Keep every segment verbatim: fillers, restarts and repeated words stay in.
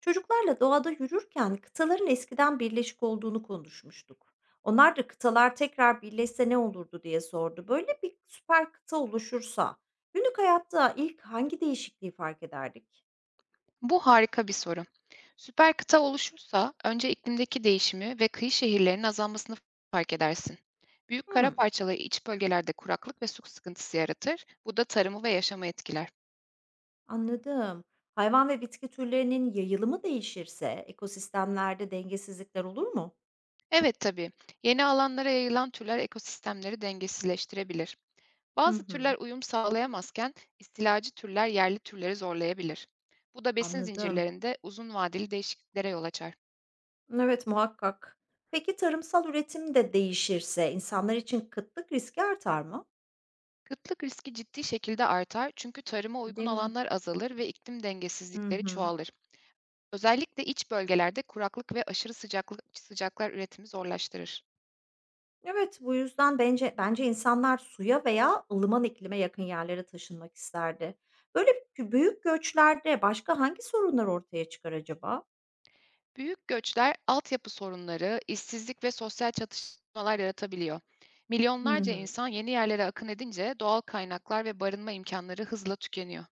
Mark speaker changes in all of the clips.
Speaker 1: Çocuklarla doğada yürürken kıtaların eskiden birleşik olduğunu konuşmuştuk. Onlar da kıtalar tekrar birleşse ne olurdu diye sordu. Böyle bir süper kıta oluşursa günlük hayatta ilk hangi değişikliği fark ederdik?
Speaker 2: Bu harika bir soru. Süper kıta oluşursa önce iklimdeki değişimi ve kıyı şehirlerinin azalmasını fark edersin. Büyük kara
Speaker 1: Hmm,
Speaker 2: parçaları iç bölgelerde kuraklık ve su sıkıntısı yaratır. Bu da tarımı ve yaşamı etkiler.
Speaker 1: anladım. Hayvan ve bitki türlerinin yayılımı değişirse ekosistemlerde dengesizlikler olur mu?
Speaker 2: Evet tabii. Yeni alanlara yayılan türler ekosistemleri dengesizleştirebilir.
Speaker 1: Hı
Speaker 2: Bazı türler
Speaker 1: hı,
Speaker 2: uyum sağlayamazken istilacı türler yerli türleri zorlayabilir. Bu da besin
Speaker 1: anladım.
Speaker 2: zincirlerinde uzun vadeli değişikliklere yol açar.
Speaker 1: Evet, muhakkak. Peki tarımsal üretim de değişirse insanlar için kıtlık riski artar mı?
Speaker 2: Kıtlık riski ciddi şekilde artar çünkü tarıma uygun
Speaker 1: Değil mi?
Speaker 2: alanlar azalır ve iklim
Speaker 1: Hı
Speaker 2: dengesizlikleri
Speaker 1: hı.
Speaker 2: çoğalır. Özellikle iç bölgelerde kuraklık ve aşırı sıcaklık, sıcaklar üretimi zorlaştırır.
Speaker 1: Evet, bu yüzden bence bence insanlar suya veya ılıman iklime yakın yerlere taşınmak isterdi. Böyle bü büyük göçlerde başka hangi sorunlar ortaya çıkar acaba?
Speaker 2: Büyük göçler, altyapı sorunları, işsizlik ve sosyal çatışmalar yaratabiliyor.
Speaker 1: Hı
Speaker 2: Milyonlarca
Speaker 1: hı.
Speaker 2: insan yeni yerlere akın edince doğal kaynaklar ve barınma imkanları hızla tükeniyor.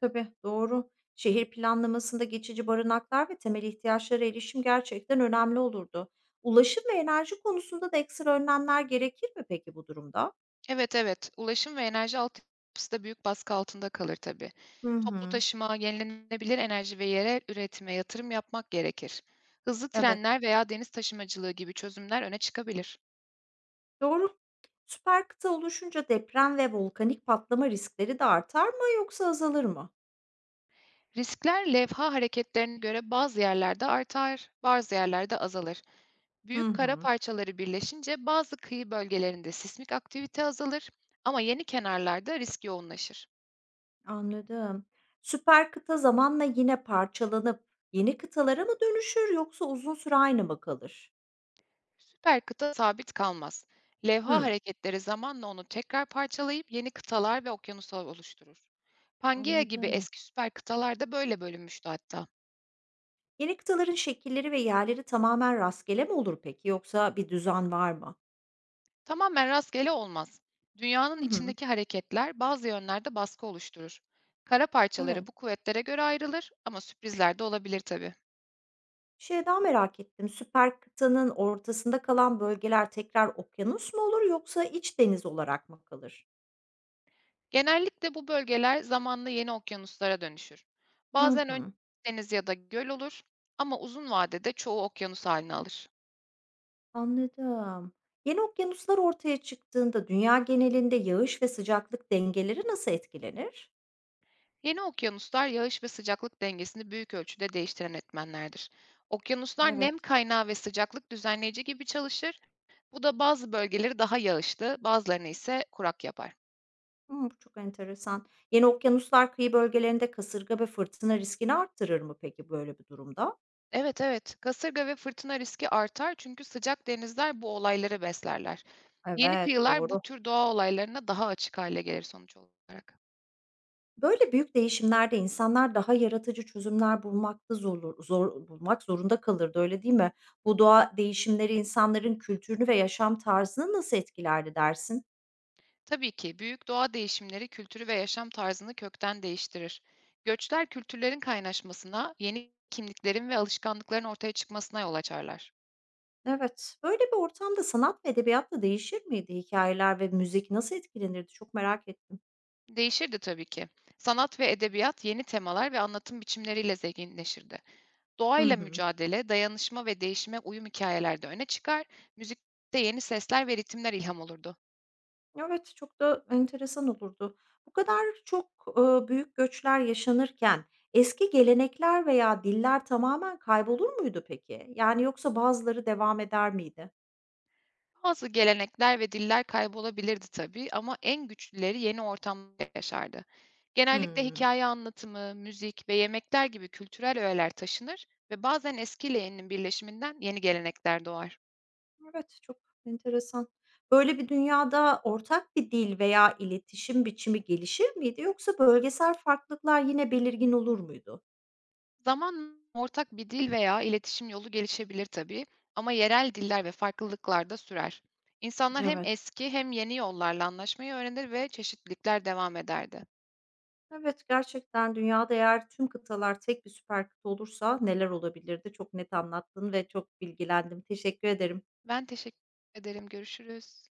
Speaker 1: Tabii, doğru. Şehir planlamasında geçici barınaklar ve temel ihtiyaçlara erişim gerçekten önemli olurdu. Ulaşım ve enerji konusunda da ekstra önlemler gerekir mi peki bu durumda?
Speaker 2: Evet, evet. Ulaşım ve enerji altyapısı da büyük baskı altında kalır tabii.
Speaker 1: Hı
Speaker 2: Toplu
Speaker 1: hı.
Speaker 2: taşıma, yenilenebilir enerji ve yerel üretime yatırım yapmak gerekir. Hızlı
Speaker 1: Evet,
Speaker 2: trenler veya deniz taşımacılığı gibi çözümler öne çıkabilir.
Speaker 1: doğru. Süper kıta oluşunca deprem ve volkanik patlama riskleri de artar mı yoksa azalır mı?
Speaker 2: Riskler levha hareketlerine göre bazı yerlerde artar, bazı yerlerde azalır.
Speaker 1: Hı
Speaker 2: Büyük kara
Speaker 1: hı.
Speaker 2: parçaları birleşince bazı kıyı bölgelerinde sismik aktivite azalır ama yeni kenarlarda risk yoğunlaşır.
Speaker 1: Anladım. Süper kıta zamanla yine parçalanıp yeni kıtalara mı dönüşür yoksa uzun süre aynı mı kalır?
Speaker 2: Süper kıta sabit kalmaz. Levha
Speaker 1: Hımm,
Speaker 2: hareketleri zamanla onu tekrar parçalayıp yeni kıtalar ve okyanuslar oluşturur. Pangea gibi
Speaker 1: anladım.
Speaker 2: eski süper kıtalar da böyle bölünmüştü hatta.
Speaker 1: Yeni kıtaların şekilleri ve yerleri tamamen rastgele mi olur peki yoksa bir düzen var mı?
Speaker 2: Tamamen rastgele olmaz. Dünyanın
Speaker 1: Hı hı,
Speaker 2: içindeki hareketler bazı yönlerde baskı oluşturur. Kara parçaları
Speaker 1: evet.
Speaker 2: bu kuvvetlere göre ayrılır ama sürprizler de olabilir tabii.
Speaker 1: Bir şey daha merak ettim. Süper kıtanın ortasında kalan bölgeler tekrar okyanus mu olur yoksa iç deniz olarak mı kalır?
Speaker 2: Genellikle bu bölgeler zamanla yeni okyanuslara dönüşür.
Speaker 1: Hı
Speaker 2: Bazen önce
Speaker 1: hı.
Speaker 2: deniz ya da göl olur ama uzun vadede çoğu okyanus haline alır.
Speaker 1: Anladım. Yeni okyanuslar ortaya çıktığında dünya genelinde yağış ve sıcaklık dengeleri nasıl etkilenir?
Speaker 2: Yeni okyanuslar yağış ve sıcaklık dengesini büyük ölçüde değiştiren etmenlerdir. Okyanuslar nem
Speaker 1: Evet.
Speaker 2: kaynağı ve sıcaklık düzenleyici gibi çalışır. Bu da bazı bölgeleri daha yağışlı, bazılarını ise kurak yapar.
Speaker 1: Hmm, bu çok enteresan. Yeni okyanuslar kıyı bölgelerinde kasırga ve fırtına riskini arttırır mı peki böyle bir durumda?
Speaker 2: Evet evet, kasırga ve fırtına riski artar çünkü sıcak denizler bu olayları beslerler. Yeni
Speaker 1: Evet,
Speaker 2: kıyılar bu
Speaker 1: doğru.
Speaker 2: tür doğa olaylarına daha açık hale gelir sonuç olarak.
Speaker 1: Böyle büyük değişimlerde insanlar daha yaratıcı çözümler bulmakta zor, zor bulmak zorunda kalırdı, öyle değil mi? Bu doğa değişimleri insanların kültürünü ve yaşam tarzını nasıl etkilerdi dersin?
Speaker 2: Tabii ki büyük doğa değişimleri kültürü ve yaşam tarzını kökten değiştirir. Göçler kültürlerin kaynaşmasına, yeni kimliklerin ve alışkanlıkların ortaya çıkmasına yol açarlar.
Speaker 1: Evet, böyle bir ortamda sanat ve edebiyatla değişir miydi? Hikayeler ve müzik nasıl etkilenirdi? Çok merak ettim.
Speaker 2: Değişirdi tabii ki. Sanat ve edebiyat yeni temalar ve anlatım biçimleriyle zenginleşirdi.
Speaker 1: Hı
Speaker 2: Doğayla
Speaker 1: hı.
Speaker 2: mücadele, dayanışma ve değişime uyum hikayeler de öne çıkar. Müzikte yeni sesler ve ritimler ilham olurdu.
Speaker 1: Evet, çok da enteresan olurdu. Bu kadar çok, ııı, büyük göçler yaşanırken eski gelenekler veya diller tamamen kaybolur muydu peki? Yani yoksa bazıları devam eder miydi?
Speaker 2: Bazı gelenekler ve diller kaybolabilirdi tabii ama en güçlüleri yeni ortamda yaşardı. Genellikle
Speaker 1: Hımm.
Speaker 2: hikaye anlatımı, müzik ve yemekler gibi kültürel öğeler taşınır ve bazen eskiyle yeninin birleşiminden yeni gelenekler doğar.
Speaker 1: Evet, çok enteresan. Böyle bir dünyada ortak bir dil veya iletişim biçimi gelişir miydi yoksa bölgesel farklılıklar yine belirgin olur muydu?
Speaker 2: Zamanla ortak bir dil veya iletişim yolu gelişebilir tabii ama yerel diller ve farklılıklar da sürer. İnsanlar hem
Speaker 1: Evet.
Speaker 2: eski hem yeni yollarla anlaşmayı öğrenir ve çeşitlilikler devam ederdi.
Speaker 1: Evet, gerçekten dünyada eğer tüm kıtalar tek bir süper kıta olursa neler olabilirdi? Çok net anlattın ve çok bilgilendim. Teşekkür ederim.
Speaker 2: Ben teşekkür ederim. Görüşürüz.